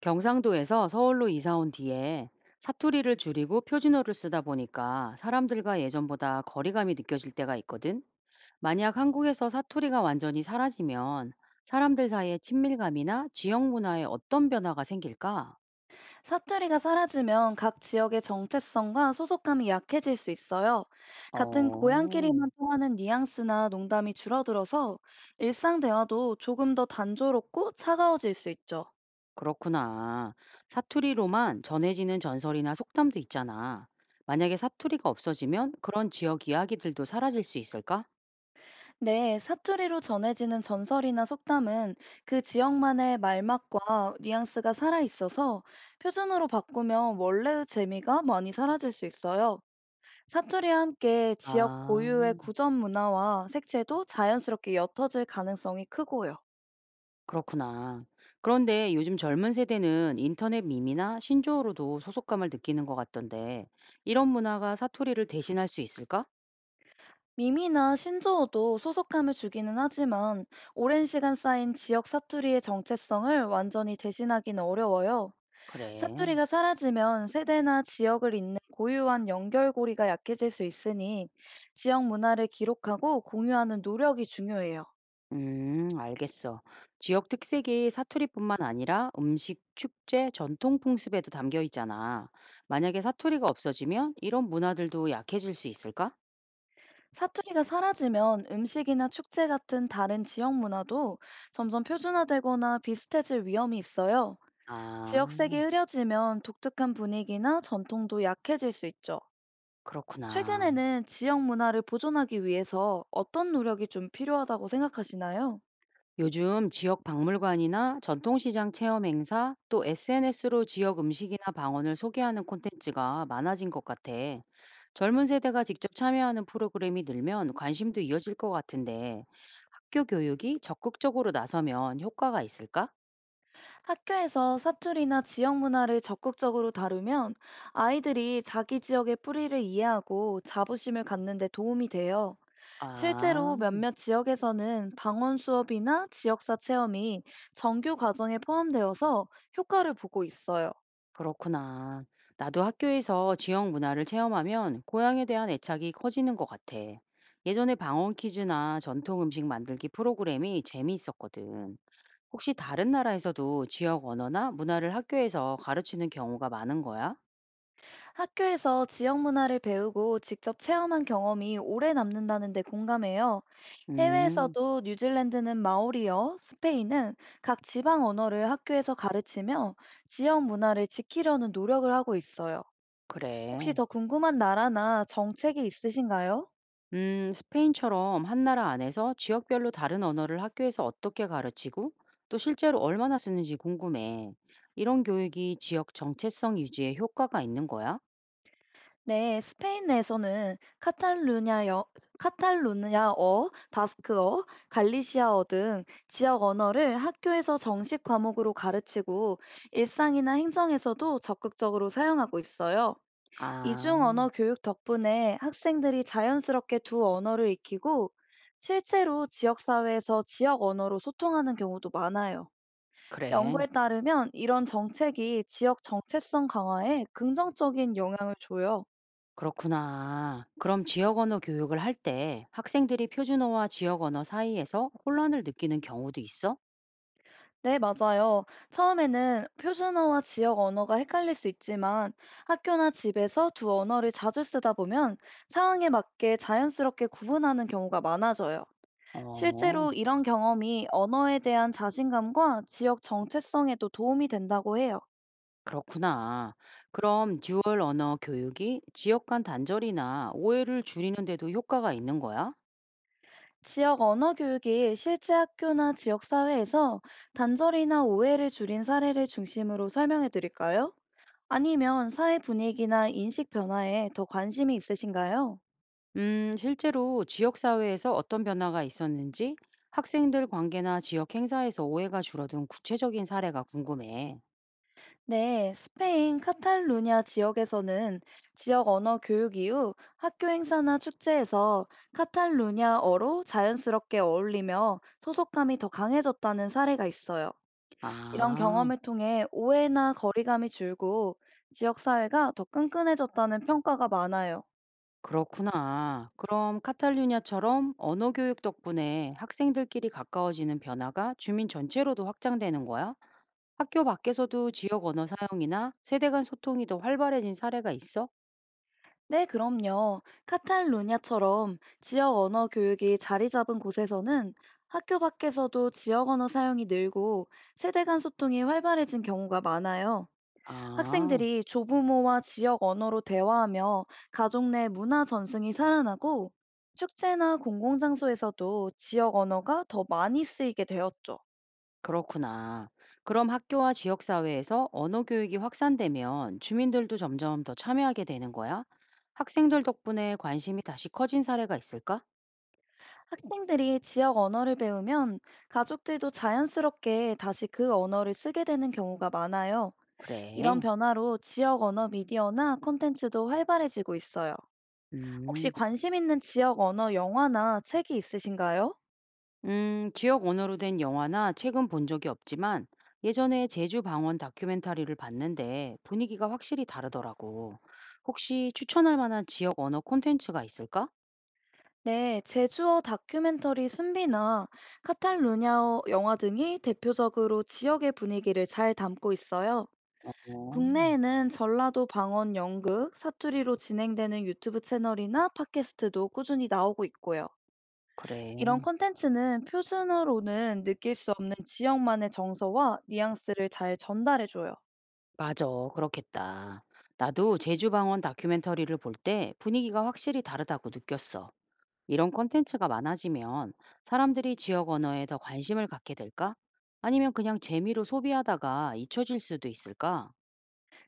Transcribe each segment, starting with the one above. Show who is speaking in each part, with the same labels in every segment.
Speaker 1: 경상도에서 서울로 이사 온 뒤에 사투리를 줄이고 표준어를 쓰다 보니까 사람들과 예전보다 거리감이 느껴질 때가 있거든. 만약 한국에서 사투리가 완전히 사라지면 사람들 사이의 친밀감이나 지역 문화에 어떤 변화가 생길까?
Speaker 2: 사투리가 사라지면 각 지역의 정체성과 소속감이 약해질 수 있어요. 같은
Speaker 1: 어,
Speaker 2: 고향끼리만 통하는 뉘앙스나 농담이 줄어들어서 일상 대화도 조금 더 단조롭고 차가워질 수 있죠.
Speaker 1: 그렇구나. 사투리로만 전해지는 전설이나 속담도 있잖아. 만약에 사투리가 없어지면 그런 지역 이야기들도 사라질 수 있을까?
Speaker 2: 네, 사투리로 전해지는 전설이나 속담은 그 지역만의 말맛과 뉘앙스가 살아있어서 표준어로 바꾸면 원래의 재미가 많이 사라질 수 있어요. 사투리와 함께 지역
Speaker 1: 아.
Speaker 2: 고유의 구전 문화와 색채도 자연스럽게 옅어질 가능성이 크고요.
Speaker 1: 그렇구나. 그런데 요즘 젊은 세대는 인터넷 밈이나 신조어로도 소속감을 느끼는 것 같던데, 이런 문화가 사투리를 대신할 수 있을까?
Speaker 2: 미미나 신조어도 소속감을 주기는 하지만 오랜 시간 쌓인 지역 사투리의 정체성을 완전히 대신하기는 어려워요.
Speaker 1: 그래.
Speaker 2: 사투리가 사라지면 세대나 지역을 잇는 고유한 연결고리가 약해질 수 있으니 지역 문화를 기록하고 공유하는 노력이 중요해요.
Speaker 1: 알겠어. 지역 특색이 사투리뿐만 아니라 음식, 축제, 전통 풍습에도 담겨 있잖아. 만약에 사투리가 없어지면 이런 문화들도 약해질 수 있을까?
Speaker 2: 사투리가 사라지면 음식이나 축제 같은 다른 지역 문화도 점점 표준화되거나 비슷해질 위험이 있어요.
Speaker 1: 아,
Speaker 2: 지역색이 흐려지면 독특한 분위기나 전통도 약해질 수 있죠.
Speaker 1: 그렇구나.
Speaker 2: 최근에는 지역 문화를 보존하기 위해서 어떤 노력이 좀 필요하다고 생각하시나요?
Speaker 1: 요즘 지역 박물관이나 전통시장 체험 행사, 또 SNS로 지역 음식이나 방언을 소개하는 콘텐츠가 많아진 것 같아. 젊은 세대가 직접 참여하는 프로그램이 늘면 관심도 이어질 것 같은데, 학교 교육이 적극적으로 나서면 효과가 있을까?
Speaker 2: 학교에서 사투리나 지역 문화를 적극적으로 다루면 아이들이 자기 지역의 뿌리를 이해하고 자부심을 갖는 데 도움이 돼요.
Speaker 1: 아,
Speaker 2: 실제로 몇몇 지역에서는 방언 수업이나 지역사 체험이 정규 과정에 포함되어서 효과를 보고 있어요.
Speaker 1: 그렇구나. 나도 학교에서 지역 문화를 체험하면 고향에 대한 애착이 커지는 것 같아. 예전에 방언 퀴즈나 전통 음식 만들기 프로그램이 재미있었거든. 혹시 다른 나라에서도 지역 언어나 문화를 학교에서 가르치는 경우가 많은 거야?
Speaker 2: 학교에서 지역 문화를 배우고 직접 체험한 경험이 오래 남는다는 데 공감해요.
Speaker 1: 음,
Speaker 2: 해외에서도 뉴질랜드는 마오리어, 스페인은 각 지방 언어를 학교에서 가르치며 지역 문화를 지키려는 노력을 하고 있어요. 혹시
Speaker 1: 그래.
Speaker 2: 더 궁금한 나라나 정책이 있으신가요?
Speaker 1: 스페인처럼 한 나라 안에서 지역별로 다른 언어를 학교에서 어떻게 가르치고 또 실제로 얼마나 쓰는지 궁금해. 이런 교육이 지역 정체성 유지에 효과가 있는 거야?
Speaker 2: 네, 스페인 내에서는 카탈루냐어, 바스크어, 갈리시아어 등 지역 언어를 학교에서 정식 과목으로 가르치고 일상이나 행정에서도 적극적으로 사용하고 있어요.
Speaker 1: 아,
Speaker 2: 이중 언어 교육 덕분에 학생들이 자연스럽게 두 언어를 익히고 실제로 지역사회에서 지역 언어로 소통하는 경우도 많아요.
Speaker 1: 그래.
Speaker 2: 연구에 따르면 이런 정책이 지역 정체성 강화에 긍정적인 영향을 줘요.
Speaker 1: 그렇구나. 그럼 지역 언어 교육을 할 때 학생들이 표준어와 지역 언어 사이에서 혼란을 느끼는 경우도 있어?
Speaker 2: 네, 맞아요. 처음에는 표준어와 지역 언어가 헷갈릴 수 있지만 학교나 집에서 두 언어를 자주 쓰다 보면 상황에 맞게 자연스럽게 구분하는 경우가 많아져요.
Speaker 1: 어.
Speaker 2: 실제로 이런 경험이 언어에 대한 자신감과 지역 정체성에도 도움이 된다고 해요.
Speaker 1: 그렇구나. 그럼 듀얼 언어 교육이 지역 간 단절이나 오해를 줄이는 데도 효과가 있는 거야?
Speaker 2: 지역 언어 교육이 실제 학교나 지역 사회에서 단절이나 오해를 줄인 사례를 중심으로 설명해 드릴까요? 아니면 사회 분위기나 인식 변화에 더 관심이 있으신가요?
Speaker 1: 실제로 지역 사회에서 어떤 변화가 있었는지 학생들 관계나 지역 행사에서 오해가 줄어든 구체적인 사례가 궁금해.
Speaker 2: 네, 스페인 카탈루냐 지역에서는 지역 언어 교육 이후 학교 행사나 축제에서 카탈루냐어로 자연스럽게 어울리며 소속감이 더 강해졌다는 사례가 있어요. 이런
Speaker 1: 아,
Speaker 2: 경험을 통해 오해나 거리감이 줄고 지역 사회가 더 끈끈해졌다는 평가가 많아요.
Speaker 1: 그렇구나. 그럼 카탈루냐처럼 언어 교육 덕분에 학생들끼리 가까워지는 변화가 주민 전체로도 확장되는 거야? 학교 밖에서도 지역 언어 사용이나 세대 간 소통이 더 활발해진 사례가 있어?
Speaker 2: 네, 그럼요. 카탈루냐처럼 지역 언어 교육이 자리 잡은 곳에서는 학교 밖에서도 지역 언어 사용이 늘고 세대 간 소통이 활발해진 경우가 많아요.
Speaker 1: 아,
Speaker 2: 학생들이 조부모와 지역 언어로 대화하며 가족 내 문화 전승이 살아나고 축제나 공공장소에서도 지역 언어가 더 많이 쓰이게 되었죠.
Speaker 1: 그렇구나. 그럼 학교와 지역사회에서 언어 교육이 확산되면 주민들도 점점 더 참여하게 되는 거야? 학생들 덕분에 관심이 다시 커진 사례가 있을까?
Speaker 2: 학생들이 지역 언어를 배우면 가족들도 자연스럽게 다시 그 언어를 쓰게 되는 경우가 많아요. 이런
Speaker 1: 그래.
Speaker 2: 변화로 지역 언어 미디어나 콘텐츠도 활발해지고 있어요. 혹시
Speaker 1: 음,
Speaker 2: 관심 있는 지역 언어 영화나 책이 있으신가요?
Speaker 1: 지역 언어로 된 영화나 책은 본 적이 없지만 예전에 제주 방언 다큐멘터리를 봤는데 분위기가 확실히 다르더라고. 혹시 추천할 만한 지역 언어 콘텐츠가 있을까?
Speaker 2: 네, 제주어 다큐멘터리 순비나 카탈루냐어 영화 등이 대표적으로 지역의 분위기를 잘 담고 있어요.
Speaker 1: 어,
Speaker 2: 국내에는 전라도 방언 연극, 사투리로 진행되는 유튜브 채널이나 팟캐스트도 꾸준히 나오고 있고요.
Speaker 1: 그래.
Speaker 2: 이런 콘텐츠는 표준어로는 느낄 수 없는 지역만의 정서와 뉘앙스를 잘 전달해줘요.
Speaker 1: 맞아. 그렇겠다. 나도 제주 방언 다큐멘터리를 볼 때 분위기가 확실히 다르다고 느꼈어. 이런 콘텐츠가 많아지면 사람들이 지역 언어에 더 관심을 갖게 될까? 아니면 그냥 재미로 소비하다가 잊혀질 수도 있을까?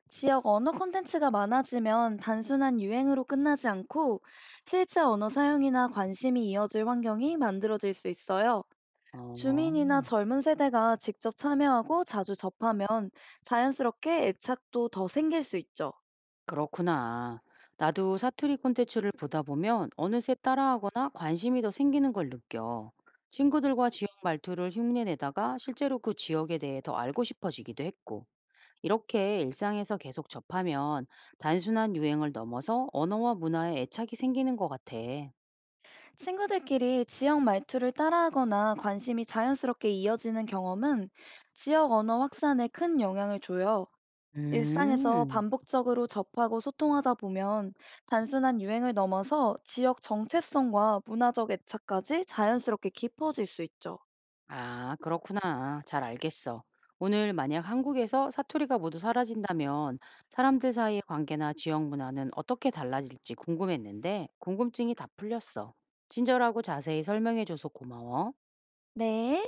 Speaker 2: 지역 언어 콘텐츠가 많아지면 단순한 유행으로 끝나지 않고 실제 언어 사용이나 관심이 이어질 환경이 만들어질 수 있어요.
Speaker 1: 어,
Speaker 2: 주민이나 젊은 세대가 직접 참여하고 자주 접하면 자연스럽게 애착도 더 생길 수 있죠.
Speaker 1: 그렇구나. 나도 사투리 콘텐츠를 보다 보면 어느새 따라하거나 관심이 더 생기는 걸 느껴. 친구들과 지역 말투를 흉내내다가 실제로 그 지역에 대해 더 알고 싶어지기도 했고. 이렇게 일상에서 계속 접하면 단순한 유행을 넘어서 언어와 문화에 애착이 생기는 것 같아.
Speaker 2: 친구들끼리 지역 말투를 따라하거나 관심이 자연스럽게 이어지는 경험은 지역 언어 확산에 큰 영향을 줘요. 일상에서
Speaker 1: 음,
Speaker 2: 반복적으로 접하고 소통하다 보면 단순한 유행을 넘어서 지역 정체성과 문화적 애착까지 자연스럽게 깊어질 수 있죠.
Speaker 1: 아, 그렇구나. 잘 알겠어. 오늘 만약 한국에서 사투리가 모두 사라진다면 사람들 사이의 관계나 지역 문화는 어떻게 달라질지 궁금했는데 궁금증이 다 풀렸어. 친절하고 자세히 설명해줘서 고마워.
Speaker 2: 네.